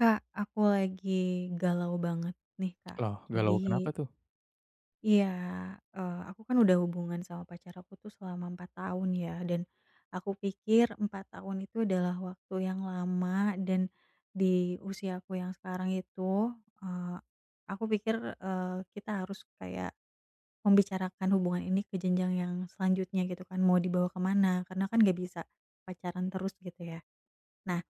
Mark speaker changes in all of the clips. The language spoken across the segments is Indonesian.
Speaker 1: Kak, aku lagi galau banget nih, Kak.
Speaker 2: Loh,
Speaker 1: Jadi
Speaker 2: galau kenapa tuh?
Speaker 1: iya, aku kan udah hubungan sama pacar aku tuh selama 4 tahun ya, dan aku pikir 4 tahun itu adalah waktu yang lama dan di usia aku yang sekarang itu, eee, aku pikir, kita harus kayak membicarakan hubungan ini ke jenjang yang selanjutnya gitu kan, mau dibawa kemana? Karena kan gak bisa pacaran terus gitu ya. Nah,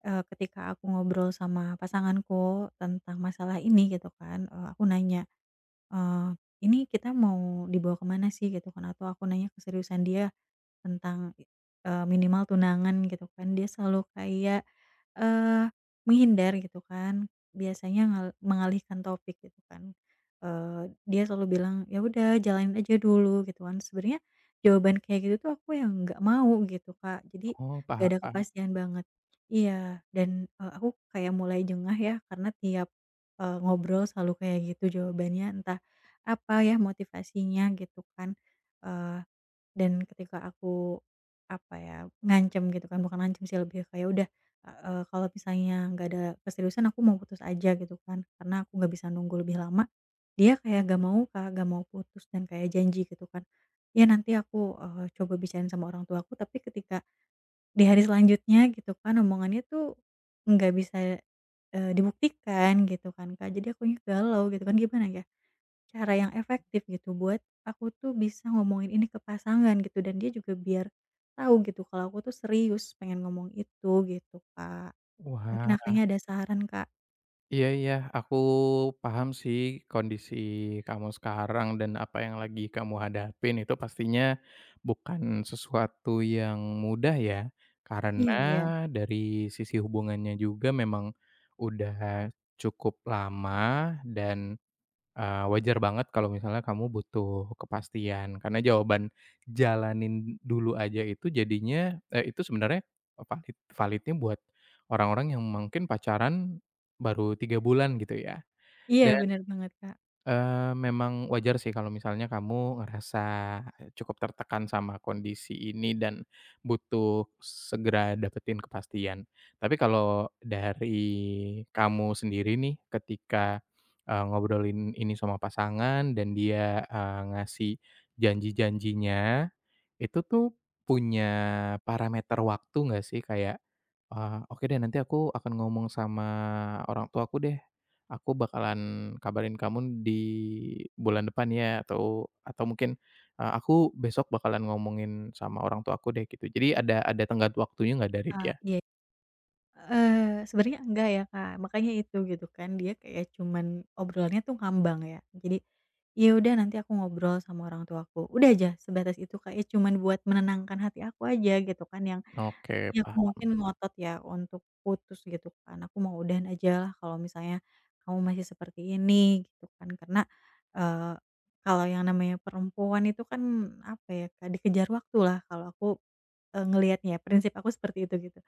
Speaker 1: Ketika aku ngobrol sama pasanganku tentang masalah ini gitu kan, aku nanya, eee, "Ini kita mau dibawa kemana sih?" Gitu kan, atau aku nanya keseriusan dia tentang, minimal tunangan gitu kan, dia selalu kayak, eee, menghindar gitu kan, biasanya mengalihkan topik gitu kan. Dia selalu bilang, "Ya udah jalanin aja dulu," gitu kan. Sebenarnya jawaban kayak gitu tuh aku yang nggak mau gitu, Kak. Jadi
Speaker 2: Oh,
Speaker 1: gak
Speaker 2: paham
Speaker 1: ada
Speaker 2: paham.
Speaker 1: kepastian banget. Iya, dan, aku kayak mulai jengah ya karena tiap, ngobrol selalu kayak gitu jawabannya, entah apa ya motivasinya gitu kan, dan ketika aku, apa ya, ngancem gitu kan, bukan ngancem sih lebih kayak udah, kalau misalnya nggak ada keseriusan aku mau putus aja gitu kan, karena aku nggak bisa nunggu lebih lama, dia kayak nggak mau Kak, nggak mau putus dan kayak janji gitu kan, "Ya nanti aku, coba bicarain sama orang tua aku tapi ketika di hari selanjutnya gitu kan omongannya tuh nggak bisa, dibuktikan gitu kan Kak, jadi akunya galau gitu kan, gimana ya? Cara yang efektif gitu buat aku tuh bisa ngomongin ini ke pasangan gitu dan dia juga biar tahu gitu kalau aku tuh serius pengen ngomong itu gitu, Kak. Mungkin
Speaker 2: Wah,
Speaker 1: Kakaknya ada saran, Kak?
Speaker 2: iya iya, aku paham sih kondisi kamu sekarang dan apa yang lagi kamu hadapin itu pastinya bukan sesuatu yang mudah ya, karena
Speaker 1: Iya iya.
Speaker 2: dari sisi hubungannya juga memang udah cukup lama dan wajar banget kalau misalnya kamu butuh kepastian, karena jawaban jalanin dulu aja itu jadinya itu sebenarnya validnya buat orang-orang yang mungkin pacaran baru 3 bulan gitu ya.
Speaker 1: Iya
Speaker 2: Dan
Speaker 1: bener banget, Kak.
Speaker 2: Memang wajar sih kalau misalnya kamu ngerasa cukup tertekan sama kondisi ini dan butuh segera dapetin kepastian. Tapi kalau dari kamu sendiri nih ketika, ngobrolin ini sama pasangan dan dia, ngasih janji-janjinya itu tuh punya parameter waktu nggak sih? Kayak, "Oke deh, nanti aku akan ngomong sama orang tuaku deh. Aku bakalan kabarin kamu di bulan depan ya," atau mungkin, "Aku besok bakalan ngomongin sama orang tuaku deh," gitu. Jadi ada tenggat waktunya nggak dari
Speaker 1: Ah,
Speaker 2: dia?
Speaker 1: iya. Eee, Sebenarnya enggak ya, Kak, makanya itu gitu kan dia kayak cuman obrolannya tuh ngambang ya. Jadi, ya udah nanti aku ngobrol sama orang tuaku, udah aja sebatas itu, Kak, ya cuman buat menenangkan hati aku aja gitu kan yang
Speaker 2: Oke,
Speaker 1: iya, aku
Speaker 2: paham.
Speaker 1: mungkin ngotot ya untuk putus gitu kan, aku mau udahan aja lah kalau misalnya kamu masih seperti ini gitu kan. Karena, eee, kalau yang namanya perempuan itu kan apa ya Kak, dikejar waktulah kalau aku, ngelihatnya ya, prinsip aku seperti itu gitu.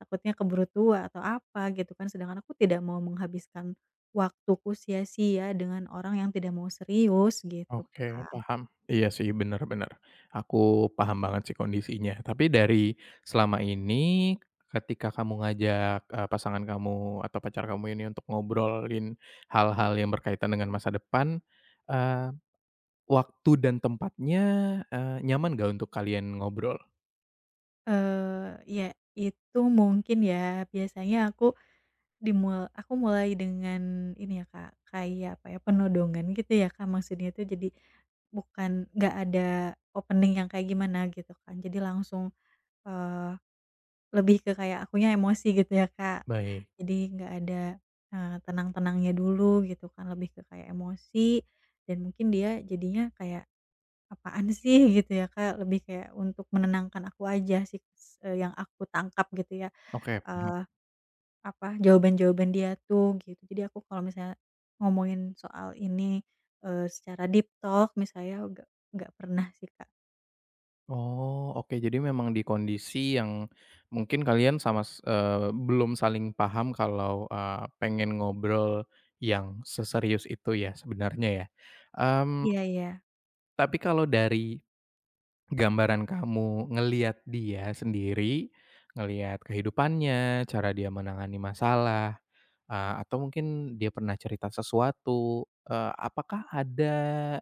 Speaker 1: Takutnya keburu tua atau apa gitu kan, sedangkan aku tidak mau menghabiskan waktuku sia-sia dengan orang yang tidak mau serius gitu
Speaker 2: Oke,
Speaker 1: kan
Speaker 2: paham. Iya sih, benar-benar. Aku paham banget sih kondisinya. Tapi dari selama ini, ketika kamu ngajak, pasangan kamu atau pacar kamu ini untuk ngobrolin hal-hal yang berkaitan dengan masa depan, eee, waktu dan tempatnya, nyaman nggak untuk kalian ngobrol?
Speaker 1: Ya itu mungkin ya, biasanya aku aku mulai dengan ini ya Kak, kayak apa ya, penodongan gitu ya Kak maksudnya tuh jadi, bukan nggak ada opening yang kayak gimana gitu kan jadi langsung, eee, lebih ke kayak akunya emosi gitu ya Kak,
Speaker 2: Baik,
Speaker 1: jadi nggak ada, tenang-tenangnya dulu gitu kan lebih ke kayak emosi, dan mungkin dia jadinya kayak, "Apaan sih?" Gitu ya Kak lebih kayak untuk menenangkan aku aja sih, yang aku tangkap gitu ya,
Speaker 2: oke.
Speaker 1: Eh,
Speaker 2: Paham.
Speaker 1: apa, jawaban-jawaban dia tuh gitu. Jadi aku kalau misalnya ngomongin soal ini, secara deep talk misalnya nggak pernah sih, Kak.
Speaker 2: Oh, oke. Jadi memang di kondisi yang mungkin kalian belum saling paham kalau, pengen ngobrol yang seserius itu ya sebenarnya ya. Mmm,
Speaker 1: Iya iya.
Speaker 2: tapi kalau dari gambaran kamu ngelihat dia sendiri, ngelihat kehidupannya, cara dia menangani masalah, atau mungkin dia pernah cerita sesuatu, apakah ada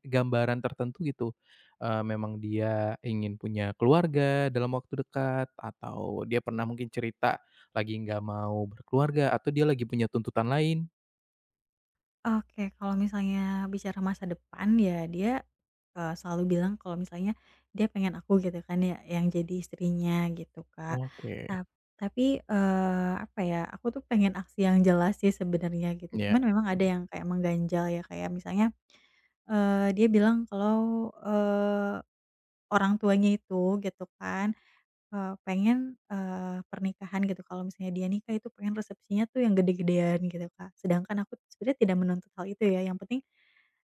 Speaker 2: gambaran tertentu gitu, memang dia ingin punya keluarga dalam waktu dekat, atau dia pernah mungkin cerita lagi nggak mau berkeluarga, atau dia lagi punya tuntutan lain?
Speaker 1: Oke, kalau misalnya bicara masa depan ya dia, selalu bilang kalau misalnya dia pengen aku gitu kan ya yang jadi istrinya gitu, Kak.
Speaker 2: Oke.
Speaker 1: Tap tapi, apa ya, aku tuh pengen aksi yang jelas sih sebenarnya gitu.
Speaker 2: Ya.
Speaker 1: Cuman memang ada yang kayak mengganjal ya, kayak misalnya, dia bilang kalau, orang tuanya itu gitu kan, pengen, pernikahan gitu kalau misalnya dia nikah itu pengen resepsinya tuh yang gede-gedean gitu Kak, sedangkan aku sebenarnya tidak menuntut hal itu ya yang penting,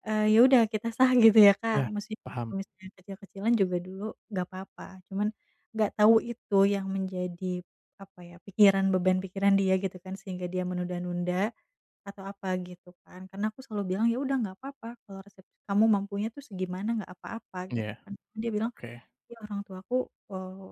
Speaker 1: ya udah kita sah gitu ya
Speaker 2: Ya.
Speaker 1: Kak, mesti
Speaker 2: Paham.
Speaker 1: kalau misalnya kecil-kecilan juga dulu nggak apa-apa, cuman nggak tahu itu yang menjadi apa ya, pikiran beban pikiran dia gitu kan sehingga dia menunda-nunda atau apa gitu kan, karena aku selalu bilang, "Ya udah nggak apa-apa kalau resepsi kamu mampunya tuh segimana nggak apa-apa," gitu
Speaker 2: Ya.
Speaker 1: kan, dia bilang
Speaker 2: Oke.
Speaker 1: iya, orang tuaku, eee,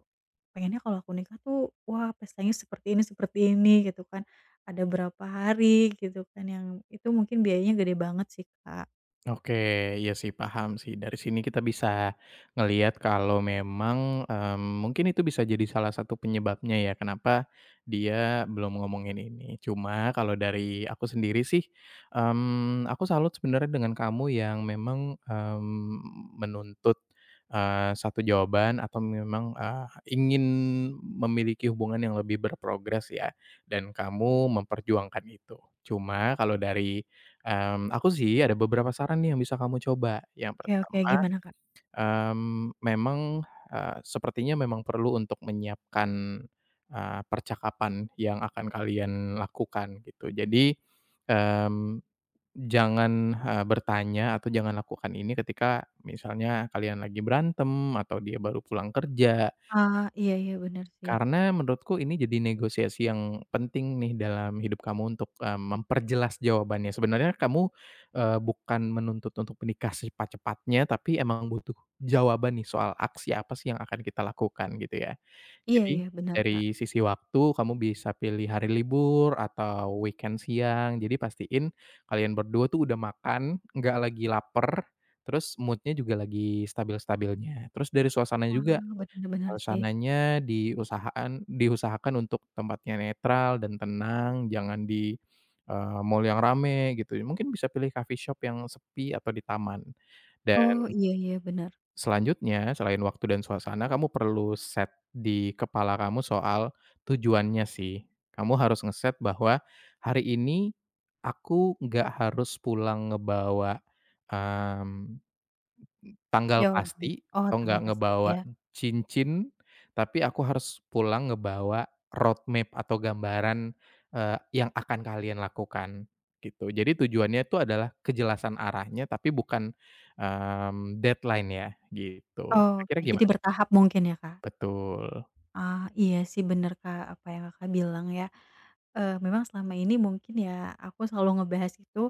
Speaker 1: pengennya kalau aku nikah tuh, wah, pestanya seperti ini, gitu kan. Ada berapa hari, gitu kan, yang itu mungkin biayanya gede banget sih, Kak.
Speaker 2: Oke, iya sih paham sih. Dari sini kita bisa ngelihat kalau memang, mungkin itu bisa jadi salah satu penyebabnya ya, kenapa dia belum ngomongin ini. Cuma kalau dari aku sendiri sih, aku salut sebenarnya dengan kamu yang memang, menuntut, satu jawaban atau memang, ingin memiliki hubungan yang lebih berprogres ya, dan kamu memperjuangkan itu. Cuma kalau dari Mmm, Aku sih ada beberapa saran nih yang bisa kamu coba. Yang
Speaker 1: Oke oke,
Speaker 2: pertama,
Speaker 1: gimana, Kak?
Speaker 2: memang, sepertinya memang perlu untuk menyiapkan, percakapan yang akan kalian lakukan gitu. Jadi, mmm, jangan, bertanya atau jangan lakukan ini ketika misalnya kalian lagi berantem atau dia baru pulang kerja
Speaker 1: Ah, iya iya, bener sih.
Speaker 2: karena menurutku ini jadi negosiasi yang penting nih dalam hidup kamu untuk, memperjelas jawabannya. Sebenarnya kamu, bukan menuntut untuk menikah secepat-cepatnya, tapi emang butuh jawaban nih soal aksi apa sih yang akan kita lakukan gitu ya.
Speaker 1: Iya
Speaker 2: Jadi
Speaker 1: iya, benar, Kak.
Speaker 2: dari sisi waktu kamu bisa pilih hari libur atau weekend siang, jadi pastiin kalian berdua tuh udah makan, nggak lagi lapar, terus moodnya juga lagi stabil-stabilnya. Terus dari suasananya
Speaker 1: Wah,
Speaker 2: juga
Speaker 1: bener bener sih.
Speaker 2: suasananya diusahakan untuk tempatnya netral dan tenang, jangan di, mall yang rame gitu, mungkin bisa pilih coffee shop yang sepi atau di taman.
Speaker 1: Oh,
Speaker 2: Dan
Speaker 1: iya iya, bener.
Speaker 2: selanjutnya, selain waktu dan suasana, kamu perlu set di kepala kamu soal tujuannya sih. Kamu harus ngeset bahwa, "Hari ini aku nggak harus pulang ngebawa, mmm" tanggal
Speaker 1: Jawabannya
Speaker 2: pasti,
Speaker 1: oh,
Speaker 2: atau nggak
Speaker 1: tanggal pasti
Speaker 2: ngebawa
Speaker 1: ya.
Speaker 2: cincin, tapi aku harus pulang ngebawa road map atau gambaran, yang akan kalian lakukan, gitu. Jadi tujuannya itu adalah kejelasan arahnya, tapi bukan, deadline ya, gitu. Kira-kira
Speaker 1: Oke, jadi
Speaker 2: gimana?
Speaker 1: bertahap mungkin ya, Kak?
Speaker 2: Betul.
Speaker 1: Ah, iya sih, bener, Kak, apa yang Kakak bilang ya. Memang selama ini mungkin ya, aku selalu ngebahas itu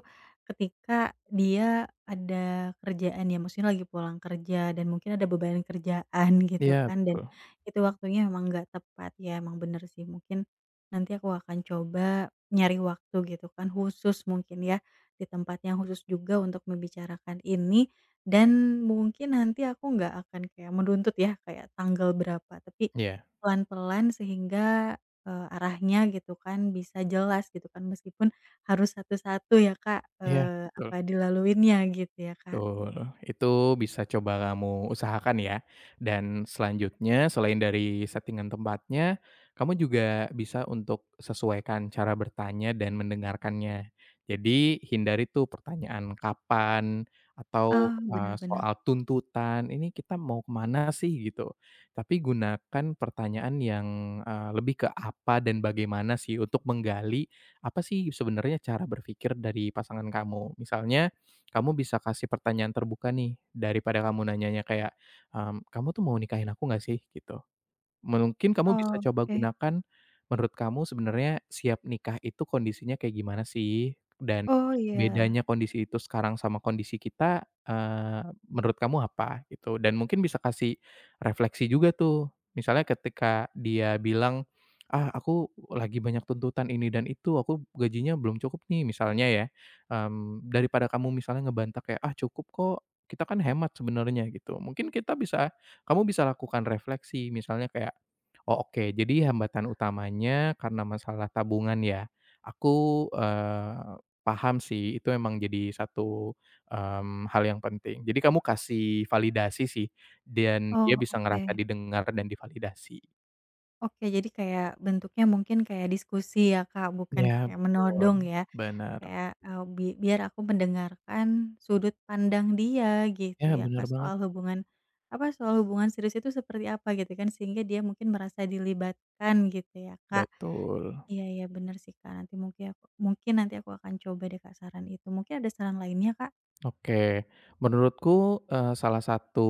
Speaker 1: ketika dia ada kerjaan ya, maksudnya lagi pulang kerja dan mungkin ada beban kerjaan gitu
Speaker 2: Iya
Speaker 1: kan, dan
Speaker 2: betul.
Speaker 1: itu waktunya memang nggak tepat ya, emang bener sih. Mungkin nanti aku akan coba nyari waktu gitu kan, khusus mungkin ya, di tempat yang khusus juga untuk membicarakan ini dan mungkin nanti aku nggak akan kayak menuntut ya, kayak tanggal berapa, tapi
Speaker 2: Iya
Speaker 1: pelan-pelan sehingga arahnya gitu kan bisa jelas gitu kan meskipun harus satu-satu ya Kak,
Speaker 2: iya, betul.
Speaker 1: apa dilaluinya gitu ya Kak.
Speaker 2: Betul, itu bisa coba kamu usahakan ya. Dan selanjutnya selain dari settingan tempatnya, kamu juga bisa untuk sesuaikan cara bertanya dan mendengarkannya. Jadi hindari tuh pertanyaan kapan atau
Speaker 1: Oh, benar-benar.
Speaker 2: soal tuntutan, "Ini kita mau ke mana sih?" Gitu. Tapi gunakan pertanyaan yang, lebih ke apa dan bagaimana sih untuk menggali apa sih sebenarnya cara berpikir dari pasangan kamu. Misalnya kamu bisa kasih pertanyaan terbuka nih, daripada kamu nanyanya kayak, "Kamu tuh mau nikahin aku nggak sih?" Gitu. Mungkin kamu bisa
Speaker 1: Oh,
Speaker 2: coba
Speaker 1: oke.
Speaker 2: gunakan, menurut kamu sebenarnya siap nikah itu kondisinya kayak gimana sih? Dan
Speaker 1: Oh, iya.
Speaker 2: bedanya kondisi itu sekarang sama kondisi kita, menurut kamu apa gitu? Dan mungkin bisa kasih refleksi juga tuh, misalnya ketika dia bilang, "Ah, aku lagi banyak tuntutan ini dan itu, aku gajinya belum cukup nih," misalnya ya, daripada kamu misalnya ngebantah kayak, "Ah, cukup kok, kita kan hemat sebenarnya," gitu. Mungkin kita bisa Kamu bisa lakukan refleksi, misalnya kayak, "Oh, oke, jadi hambatan utamanya karena masalah tabungan ya. Aku, paham sih, itu emang jadi satu, hal yang penting." Jadi kamu kasih validasi sih, dan dia
Speaker 1: Oh,
Speaker 2: bisa
Speaker 1: oke.
Speaker 2: ngerasa didengar dan divalidasi.
Speaker 1: Oke, jadi kayak bentuknya mungkin kayak diskusi ya Kak, bukan
Speaker 2: Ya,
Speaker 1: kayak
Speaker 2: betul,
Speaker 1: menodong ya,
Speaker 2: benar.
Speaker 1: kayak, biar aku mendengarkan sudut pandang dia gitu
Speaker 2: Ya,
Speaker 1: ya
Speaker 2: benar
Speaker 1: Kak,
Speaker 2: banget,
Speaker 1: soal hubungan apa, soal hubungan serius itu seperti apa gitu kan, sehingga dia mungkin merasa dilibatkan gitu ya Kak.
Speaker 2: betul.
Speaker 1: Iya iya, bener sih, Kak, nanti mungkin nanti aku akan coba deh, Kak, saran itu. Mungkin ada saran lainnya, Kak?
Speaker 2: Oke, menurutku, salah satu,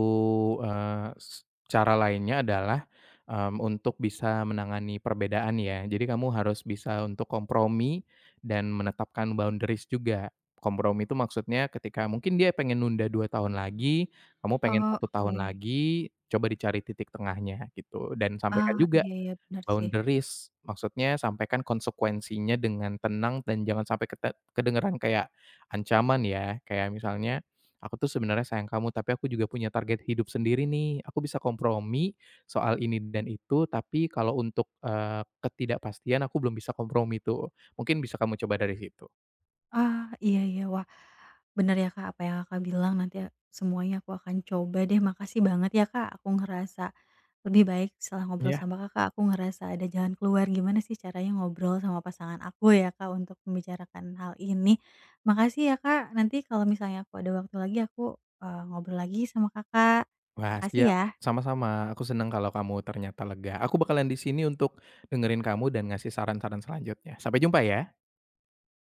Speaker 2: eee, s cara lainnya adalah, untuk bisa menangani perbedaan ya. Jadi kamu harus bisa untuk kompromi dan menetapkan boundaries juga. Kompromi itu maksudnya ketika mungkin dia pengen nunda 2 tahun lagi, kamu pengen
Speaker 1: Oh,
Speaker 2: 1 tahun
Speaker 1: oke.
Speaker 2: lagi, coba dicari titik tengahnya gitu. Dan sampaikan
Speaker 1: Ah,
Speaker 2: juga
Speaker 1: iya iya, bener sih.
Speaker 2: boundaries, maksudnya sampaikan konsekuensinya dengan tenang dan jangan sampai kedengeran kayak ancaman ya, kayak misalnya, "Aku tuh sebenarnya sayang kamu, tapi aku juga punya target hidup sendiri nih. Aku bisa kompromi soal ini dan itu, tapi kalau untuk, ketidakpastian aku belum bisa kompromi tuh." Mungkin bisa kamu coba dari situ,
Speaker 1: Ah, iya iya. Wah, bener ya, Kak, apa yang Kakak bilang, nanti semuanya aku akan coba deh. Makasih banget ya, Kak, aku ngerasa lebih baik setelah ngobrol
Speaker 2: ya?
Speaker 1: sama Kakak, aku ngerasa ada jalan keluar gimana sih caranya ngobrol sama pasangan aku ya, Kak, untuk membicarakan hal ini. Makasih ya, Kak, nanti kalau misalnya aku ada waktu lagi aku, ngobrol lagi sama Kakak.
Speaker 2: Wah,
Speaker 1: Makasih
Speaker 2: siap,
Speaker 1: ya.
Speaker 2: sama-sama. Aku seneng kalau kamu ternyata lega. Aku bakalan di sini untuk dengerin kamu dan ngasih saran-saran selanjutnya. Sampai jumpa ya.